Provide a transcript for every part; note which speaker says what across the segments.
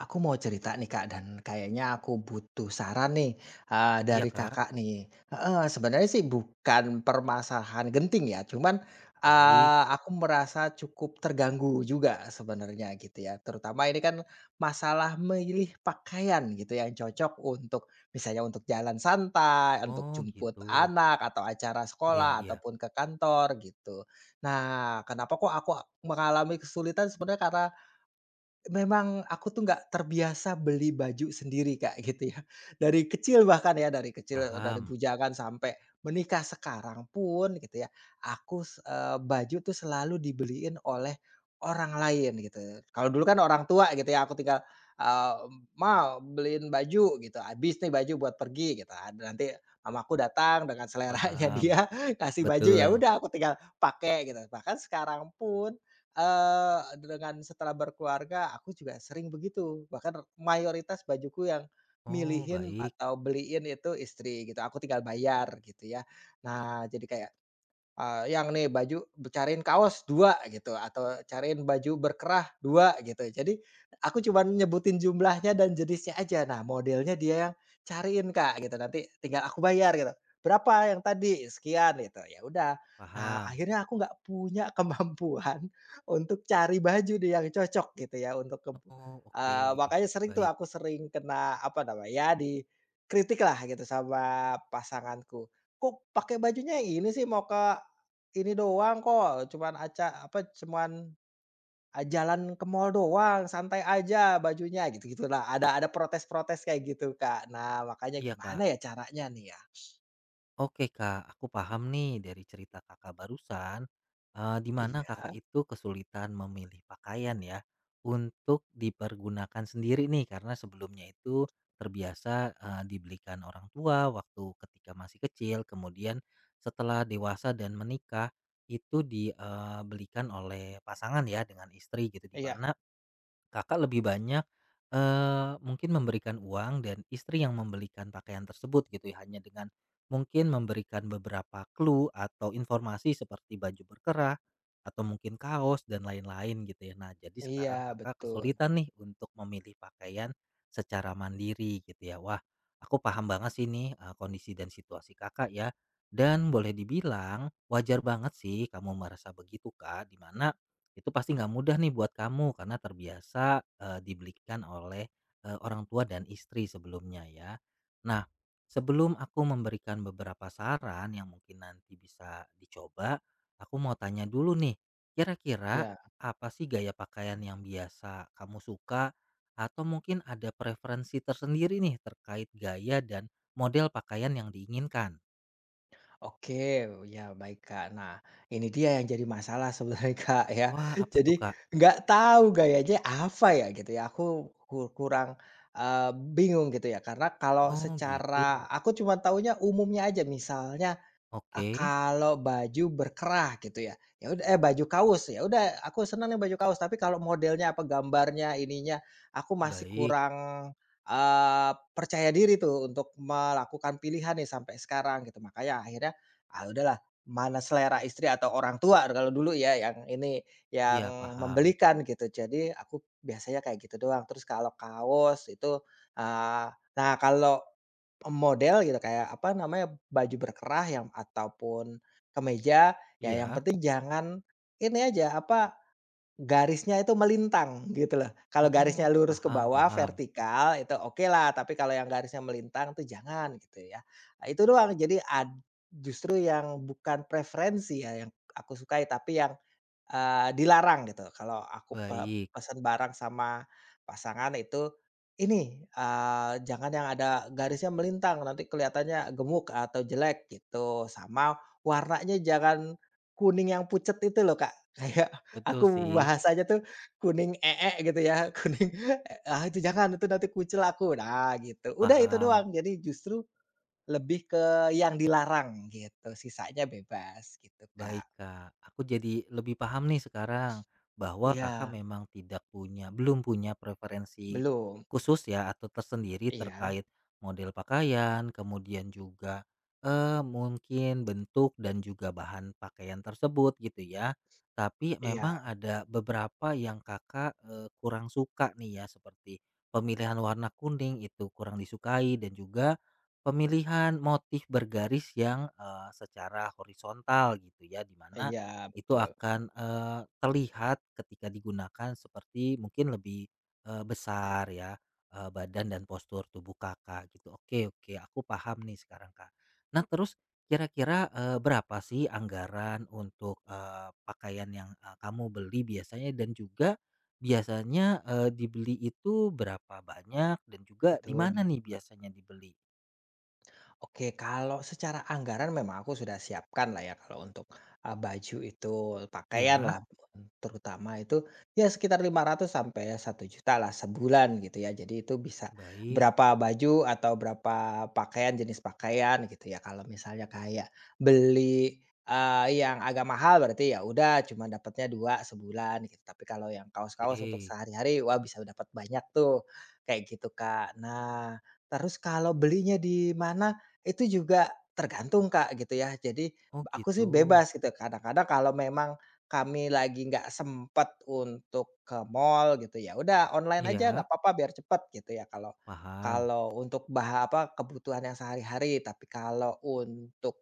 Speaker 1: Aku mau cerita nih, Kak, dan kayaknya aku butuh saran nih,
Speaker 2: Iya
Speaker 1: dari
Speaker 2: Kak,
Speaker 1: Kakak nih. Heeh, sebenarnya sih bukan permasalahan genting ya, cuman,
Speaker 2: baik.
Speaker 1: aku merasa cukup terganggu juga sebenarnya gitu ya. Terutama ini kan masalah milih pakaian gitu ya, yang cocok untuk misalnya untuk jalan santai, untuk
Speaker 2: Oh
Speaker 1: jemput
Speaker 2: gitu.
Speaker 1: anak, atau acara
Speaker 2: Iya
Speaker 1: sekolah,
Speaker 2: iya,
Speaker 1: ataupun ke kantor gitu. Nah, kenapa kok aku mengalami kesulitan sebenarnya karena memang aku tuh nggak terbiasa beli baju sendiri, Kak, gitu ya. Dari kecil bahkan ya, dari kecil, dari
Speaker 2: paham,
Speaker 1: bujangan sampai menikah sekarang pun gitu ya, baju tuh selalu dibeliin oleh orang lain gitu. Kalau dulu kan orang tua gitu ya, aku tinggal, eee, "Ma, beliin baju," gitu, "habis nih baju buat pergi," gitu. Ada nanti mamaku datang dengan seleranya
Speaker 2: paham.
Speaker 1: dia, kasih baju, ya
Speaker 2: Betul.
Speaker 1: udah aku tinggal pakai gitu. Bahkan sekarang pun dengan setelah berkeluarga aku juga sering begitu, bahkan mayoritas bajuku yang
Speaker 2: Oh
Speaker 1: milihin
Speaker 2: baik,
Speaker 1: atau beliin itu istri gitu, aku tinggal bayar gitu ya. Nah, jadi kayak yang nih baju cariin kaos 2 gitu atau cariin baju berkerah 2 gitu. Jadi aku cuman nyebutin jumlahnya dan jenisnya aja. Nah, modelnya dia yang cariin, Kak, gitu. Nanti tinggal aku bayar gitu. "Berapa yang tadi?" "Sekian," gitu. Ya udah. Nah,
Speaker 2: paham.
Speaker 1: akhirnya aku nggak punya kemampuan untuk cari baju deh yang cocok gitu ya untuk keb
Speaker 2: Oh oke,
Speaker 1: makanya sering tuh
Speaker 2: baik.
Speaker 1: aku sering kena apa namanya, ya di kritik lah gitu sama pasanganku. "Kok pakai bajunya yang ini sih, mau ke ini doang kok, cuman aca apa, cuman, jalan ke mall doang, santai aja bajunya," gitu-gitu lah. Ada protes-protes kayak gitu, Kak. Nah, makanya
Speaker 2: Iya
Speaker 1: gimana
Speaker 2: Kak.
Speaker 1: ya caranya nih ya?
Speaker 2: Oke Kak, aku paham nih dari cerita Kakak barusan, di mana
Speaker 1: Iya,
Speaker 2: Kakak itu kesulitan memilih pakaian ya, untuk dipergunakan sendiri nih karena sebelumnya itu terbiasa, dibelikan orang tua waktu ketika masih kecil, kemudian setelah dewasa dan menikah, itu dibelikan oleh pasangan ya dengan istri gitu, di
Speaker 1: iya,
Speaker 2: mana Kakak lebih banyak, mungkin memberikan uang dan istri yang membelikan pakaian tersebut gitu ya, hanya dengan mungkin memberikan beberapa clue atau informasi seperti baju berkerah atau mungkin kaos dan lain-lain gitu ya. Nah, jadi sekarang
Speaker 1: iya,
Speaker 2: Kakak
Speaker 1: betul.
Speaker 2: kesulitan nih untuk memilih pakaian secara mandiri gitu ya. Wah, aku paham banget sih nih, kondisi dan situasi Kakak ya, dan boleh dibilang wajar banget sih kamu merasa begitu, Kak, di mana itu pasti nggak mudah nih buat kamu karena terbiasa, dibelikan oleh, orang tua dan istri sebelumnya ya. Nah, sebelum aku memberikan beberapa saran yang mungkin nanti bisa dicoba, aku mau tanya dulu nih, kira-kira
Speaker 1: Iya,
Speaker 2: apa sih gaya pakaian yang biasa kamu suka? Atau mungkin ada preferensi tersendiri nih terkait gaya dan model pakaian yang diinginkan?
Speaker 1: oke, ya baik, Kak. Nah, ini dia yang jadi masalah sebenarnya, Kak, ya.
Speaker 2: Wah, apa
Speaker 1: Jadi
Speaker 2: tuh, Kak?
Speaker 1: nggak tahu gayanya apa ya, gitu ya. Aku ku kurang, eee, bingung gitu ya, karena kalau
Speaker 2: Oh gitu.
Speaker 1: secara aku cuma taunya umumnya aja, misalnya ah,
Speaker 2: Oke,
Speaker 1: kalau baju berkerah gitu ya, ya udah eh, baju kaos, ya udah aku seneng nih baju kaos, tapi kalau modelnya apa, gambarnya, ininya, aku masih
Speaker 2: baik.
Speaker 1: kurang, percaya diri tuh untuk melakukan pilihan nih sampai sekarang gitu. Makanya akhirnya, ah, udahlah mana selera istri atau orang tua kalau dulu ya yang ini,
Speaker 2: Iya,
Speaker 1: yang
Speaker 2: paham.
Speaker 1: membelikan gitu. Jadi aku biasanya kayak gitu doang. Terus kalau kaos itu, eee, nah kalau model gitu kayak apa namanya, baju berkerah yang ataupun kemeja, ya yang
Speaker 2: Iya?
Speaker 1: penting jangan ini aja, apa, garisnya itu melintang gitu loh. Kalau garisnya
Speaker 2: Oh,
Speaker 1: lurus ke
Speaker 2: paham
Speaker 1: bawah
Speaker 2: paham.
Speaker 1: vertikal itu oke lah, tapi kalau yang garisnya melintang tuh jangan gitu ya. Nah itu doang, jadi ad justru yang bukan preferensi ya yang aku sukai, tapi yang dilarang gitu kalau aku
Speaker 2: Baik,
Speaker 1: pesen barang sama pasangan itu, ini, jangan yang ada garisnya melintang nanti kelihatannya gemuk atau jelek gitu, sama warnanya jangan kuning yang pucet itu loh, Kak. Kayak aku
Speaker 2: betul sih,
Speaker 1: bahasanya tuh kuning ee gitu ya, kuning, ah, itu jangan, itu nanti kucil aku, nah gitu. Udah itu
Speaker 2: paham.
Speaker 1: doang, jadi justru lebih ke yang dilarang gitu, sisanya bebas gitu, Kak.
Speaker 2: Baik Kak, aku jadi lebih paham nih sekarang bahwa Kakak
Speaker 1: Iya,
Speaker 2: memang tidak punya, belum punya preferensi
Speaker 1: belum.
Speaker 2: khusus ya atau tersendiri
Speaker 1: Iya,
Speaker 2: terkait model pakaian, kemudian juga eh, mungkin bentuk dan juga bahan pakaian tersebut gitu ya. Tapi memang
Speaker 1: iya,
Speaker 2: ada beberapa yang Kakak eh, kurang suka nih ya seperti pemilihan warna kuning itu kurang disukai dan juga pemilihan motif bergaris yang, secara horizontal gitu ya, dimana
Speaker 1: iya,
Speaker 2: itu
Speaker 1: betul,
Speaker 2: akan, terlihat ketika digunakan seperti mungkin lebih, besar ya, badan dan postur tubuh Kakak gitu. Oke oke, aku paham nih sekarang, Kak. Nah terus kira-kira, berapa sih anggaran untuk, pakaian yang, kamu beli biasanya dan juga biasanya, dibeli itu berapa banyak dan juga di mana
Speaker 1: betul.
Speaker 2: nih biasanya dibeli?
Speaker 1: Oke, kalau secara anggaran memang aku sudah siapkan lah ya kalau untuk, baju itu, pakaian
Speaker 2: Ya,
Speaker 1: lah terutama itu ya sekitar 500 sampai 1.000.000 lah sebulan gitu ya. Jadi itu bisa
Speaker 2: baik.
Speaker 1: berapa baju atau berapa pakaian, jenis pakaian gitu ya. Kalau misalnya kayak beli, yang agak mahal berarti ya udah cuma dapatnya 2 sebulan gitu. Tapi kalau yang kaos-kaos untuk
Speaker 2: Oke.
Speaker 1: sehari-hari, wah bisa dapat banyak tuh, kayak gitu, Kak. Nah, terus kalau belinya di mana itu juga tergantung, Kak, gitu ya. Jadi,
Speaker 2: Oh
Speaker 1: aku
Speaker 2: gitu.
Speaker 1: sih bebas gitu, kadang-kadang kalau memang kami lagi nggak sempet untuk ke mall gitu, ya udah online aja nggak
Speaker 2: Iya,
Speaker 1: apa-apa biar cepet gitu ya, kalau
Speaker 2: paham.
Speaker 1: kalau untuk bah apa, kebutuhan yang sehari-hari. Tapi kalau untuk,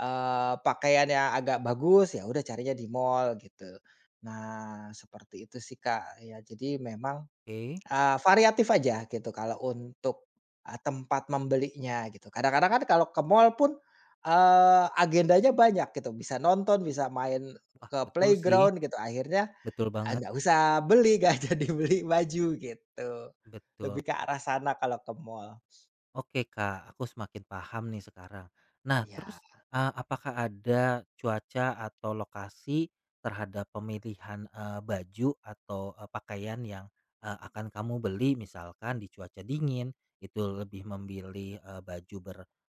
Speaker 1: pakaian yang agak bagus, ya udah carinya di mall gitu. Nah, seperti itu sih, Kak. Ya, jadi memang
Speaker 2: Oke.
Speaker 1: Variatif aja gitu kalau untuk, tempat membelinya gitu. Kadang-kadang kan kalau ke mall pun, agendanya banyak gitu, bisa nonton, bisa main
Speaker 2: Wah,
Speaker 1: ke
Speaker 2: betul sih.
Speaker 1: playground gitu, akhirnya,
Speaker 2: Betul banget.
Speaker 1: nggak usah beli, nggak jadi beli baju gitu. Lebih
Speaker 2: Betul.
Speaker 1: ke arah sana kalau ke mall.
Speaker 2: Oke Kak, aku semakin paham nih sekarang. Nah
Speaker 1: Iya.
Speaker 2: terus, apakah ada cuaca atau lokasi terhadap pemilihan, baju atau, pakaian yang, akan kamu beli? Misalkan di cuaca dingin, itu lebih memilih, baju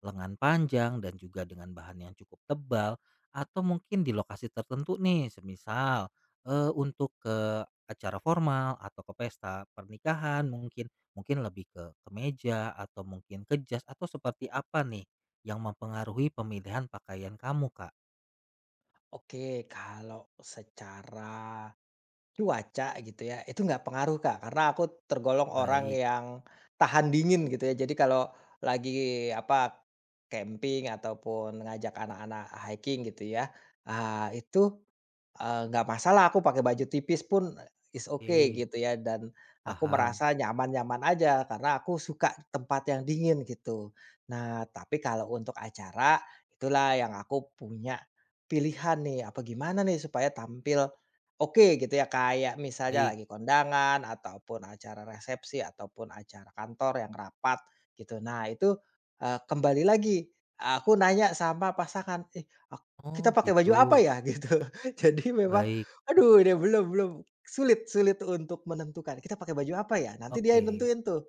Speaker 2: berlengan panjang dan juga dengan bahan yang cukup tebal, atau mungkin di lokasi tertentu nih, semisal, untuk ke acara formal atau ke pesta pernikahan mungkin, mungkin lebih ke kemeja atau mungkin ke jas atau seperti apa nih yang mempengaruhi pemilihan pakaian kamu, Kak?
Speaker 1: Oke, kalau secara cuaca gitu ya, itu nggak pengaruh, Kak, karena aku tergolong orang
Speaker 2: Baik,
Speaker 1: yang tahan dingin gitu ya. Jadi kalau lagi apa, camping ataupun ngajak anak-anak hiking gitu ya, ah, itu nggak masalah aku pakai baju tipis pun is
Speaker 2: oke,
Speaker 1: okay gitu ya, dan aku
Speaker 2: paham.
Speaker 1: merasa nyaman-nyaman aja karena aku suka tempat yang dingin gitu. Nah, tapi kalau untuk acara itulah yang aku punya pilihan nih, apa gimana nih supaya tampil oke gitu ya, kayak misalnya
Speaker 2: Baik.
Speaker 1: lagi kondangan ataupun acara resepsi ataupun acara kantor yang rapat gitu. Nah itu, kembali lagi aku nanya sama pasangan, "Ih, ak kita
Speaker 2: Oh,
Speaker 1: pakai baju
Speaker 2: gitu.
Speaker 1: apa ya?" Gitu. Jadi memang,
Speaker 2: Baik,
Speaker 1: aduh ini belum belum, sulit sulit untuk menentukan, "Kita pakai baju apa ya?" Nanti dia
Speaker 2: oke,
Speaker 1: nentuin tuh,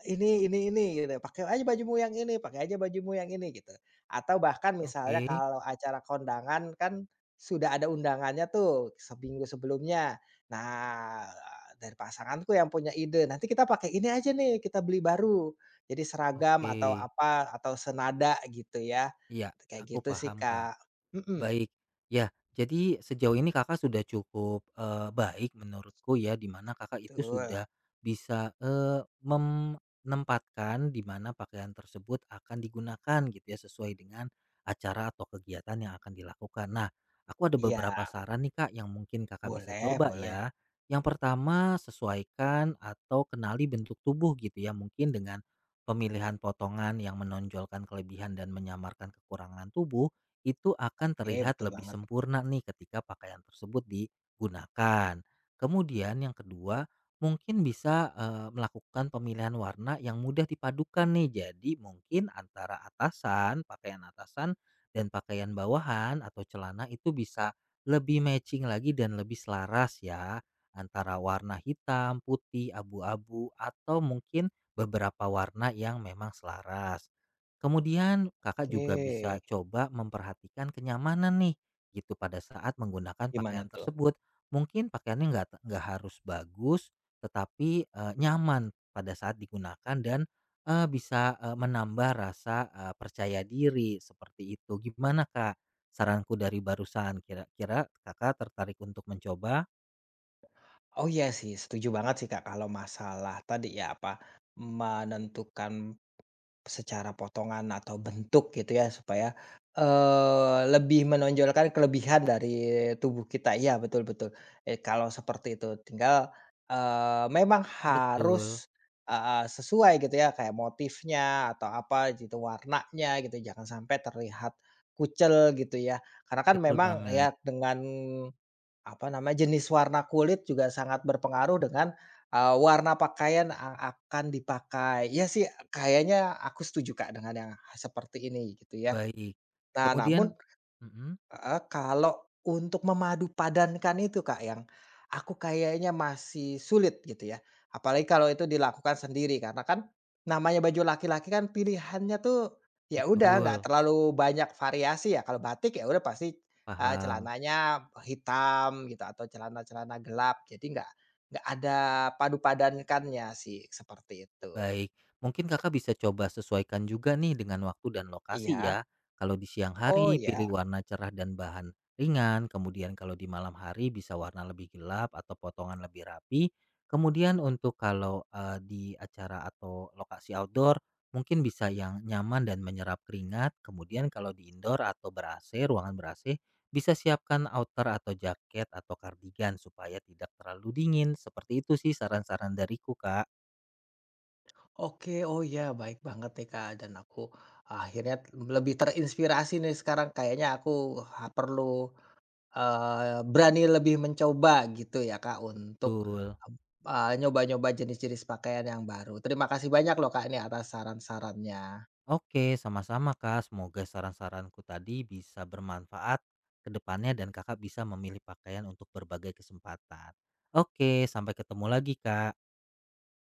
Speaker 1: Ini," gitu, "pakai aja bajumu yang ini, pakai aja bajumu yang ini," gitu. Atau bahkan misalnya
Speaker 2: oke,
Speaker 1: kalau acara kondangan kan sudah ada undangannya tuh seminggu sebelumnya. Nah, dari pasanganku yang punya ide, "Nanti kita pakai ini aja nih, kita beli baru." Jadi seragam
Speaker 2: oke.
Speaker 1: atau apa, atau senada gitu ya.
Speaker 2: Iya, aku
Speaker 1: Kayak gitu sih,
Speaker 2: paham, Kak.
Speaker 1: Kak. Mhm,
Speaker 2: Baik. Ya, jadi sejauh ini Kakak sudah cukup, baik menurutku ya, di mana Kakak itu
Speaker 1: betul.
Speaker 2: sudah bisa, menempatkan di mana pakaian tersebut akan digunakan gitu ya, sesuai dengan acara atau kegiatan yang akan dilakukan. Nah, aku ada beberapa
Speaker 1: Iya.
Speaker 2: saran nih, Kak, yang mungkin Kakak bisa
Speaker 1: Boleh,
Speaker 2: coba
Speaker 1: boleh.
Speaker 2: ya. Yang pertama, sesuaikan atau kenali bentuk tubuh gitu ya, mungkin dengan pemilihan potongan yang menonjolkan kelebihan dan menyamarkan kekurangan tubuh itu akan
Speaker 1: Oke,
Speaker 2: terlihat
Speaker 1: betul
Speaker 2: lebih
Speaker 1: banget.
Speaker 2: sempurna nih ketika pakaian tersebut digunakan. Kemudian yang kedua, mungkin bisa eh, melakukan pemilihan warna yang mudah dipadukan nih. Jadi mungkin antara atasan, pakaian atasan dan pakaian bawahan atau celana itu bisa lebih matching lagi dan lebih selaras ya antara warna hitam, putih, abu-abu atau mungkin beberapa warna yang memang selaras. Kemudian Kakak juga
Speaker 1: Oke,
Speaker 2: bisa coba memperhatikan kenyamanan nih, gitu pada saat menggunakan
Speaker 1: gimana
Speaker 2: pakaian
Speaker 1: tuh?
Speaker 2: tersebut. Mungkin pakaiannya nggak harus bagus, tetapi eh, nyaman pada saat digunakan dan eh, bisa eh, menambah rasa eh, percaya diri seperti itu. Gimana Kak? Saranku dari barusan, kira-kira Kakak tertarik untuk mencoba?
Speaker 1: Oh, iya sih, setuju banget sih, Kak, kalau masalah tadi ya, apa, menentukan secara potongan atau bentuk gitu ya supaya, lebih menonjolkan kelebihan dari tubuh kita. Iya, betul, betul, kalau seperti itu tinggal, memang
Speaker 2: Betul,
Speaker 1: harus heeh, sesuai gitu ya kayak motifnya atau apa gitu, warnanya gitu jangan sampai terlihat kucel gitu ya. Karena kan
Speaker 2: betul
Speaker 1: memang
Speaker 2: banget.
Speaker 1: ya dengan apa namanya, jenis warna kulit juga sangat berpengaruh dengan, warna pakaian yang akan dipakai. Ya sih, kayaknya aku setuju Kak dengan yang seperti ini gitu ya.
Speaker 2: Baik.
Speaker 1: Nah namun
Speaker 2: Kemudian, mm,
Speaker 1: heeh, kalau untuk memadupadankan itu Kak yang aku kayaknya masih sulit gitu ya. Apalagi kalau itu dilakukan sendiri karena kan namanya baju laki-laki kan pilihannya tuh ya udah nggak
Speaker 2: betul,
Speaker 1: terlalu banyak variasi ya. Kalau batik ya udah pasti,
Speaker 2: paham.
Speaker 1: celananya hitam gitu atau celana-celana gelap, jadi nggak ada padu padankannya sih, seperti itu.
Speaker 2: Baik, mungkin Kakak bisa coba sesuaikan juga nih dengan waktu dan lokasi
Speaker 1: Iya.
Speaker 2: ya. Kalau di siang
Speaker 1: Oh
Speaker 2: hari,
Speaker 1: ya?
Speaker 2: pilih warna cerah dan bahan ringan. Kemudian kalau di malam hari bisa warna lebih gelap atau potongan lebih rapi. Kemudian untuk kalau eh, di acara atau lokasi outdoor, mungkin bisa yang nyaman dan menyerap keringat. Kemudian kalau di indoor atau ber-AC, ruangan ber-AC, bisa siapkan outer atau jaket atau kardigan supaya tidak terlalu dingin. Seperti itu sih saran-saran dariku, Kak.
Speaker 1: Oke, oh ya, baik banget nih Kak, dan aku akhirnya t- lebih terinspirasi nih sekarang kayaknya aku ha perlu, berani lebih mencoba gitu ya Kak untuk,
Speaker 2: Betul.
Speaker 1: nyoba-nyoba jenis-jenis pakaian yang baru. Terima kasih banyak loh Kak ini atas saran-sarannya.
Speaker 2: Oke, sama-sama Kak. Semoga saran-saranku tadi bisa bermanfaat ke depannya dan Kakak bisa memilih pakaian untuk berbagai kesempatan. Oke, sampai ketemu lagi Kak.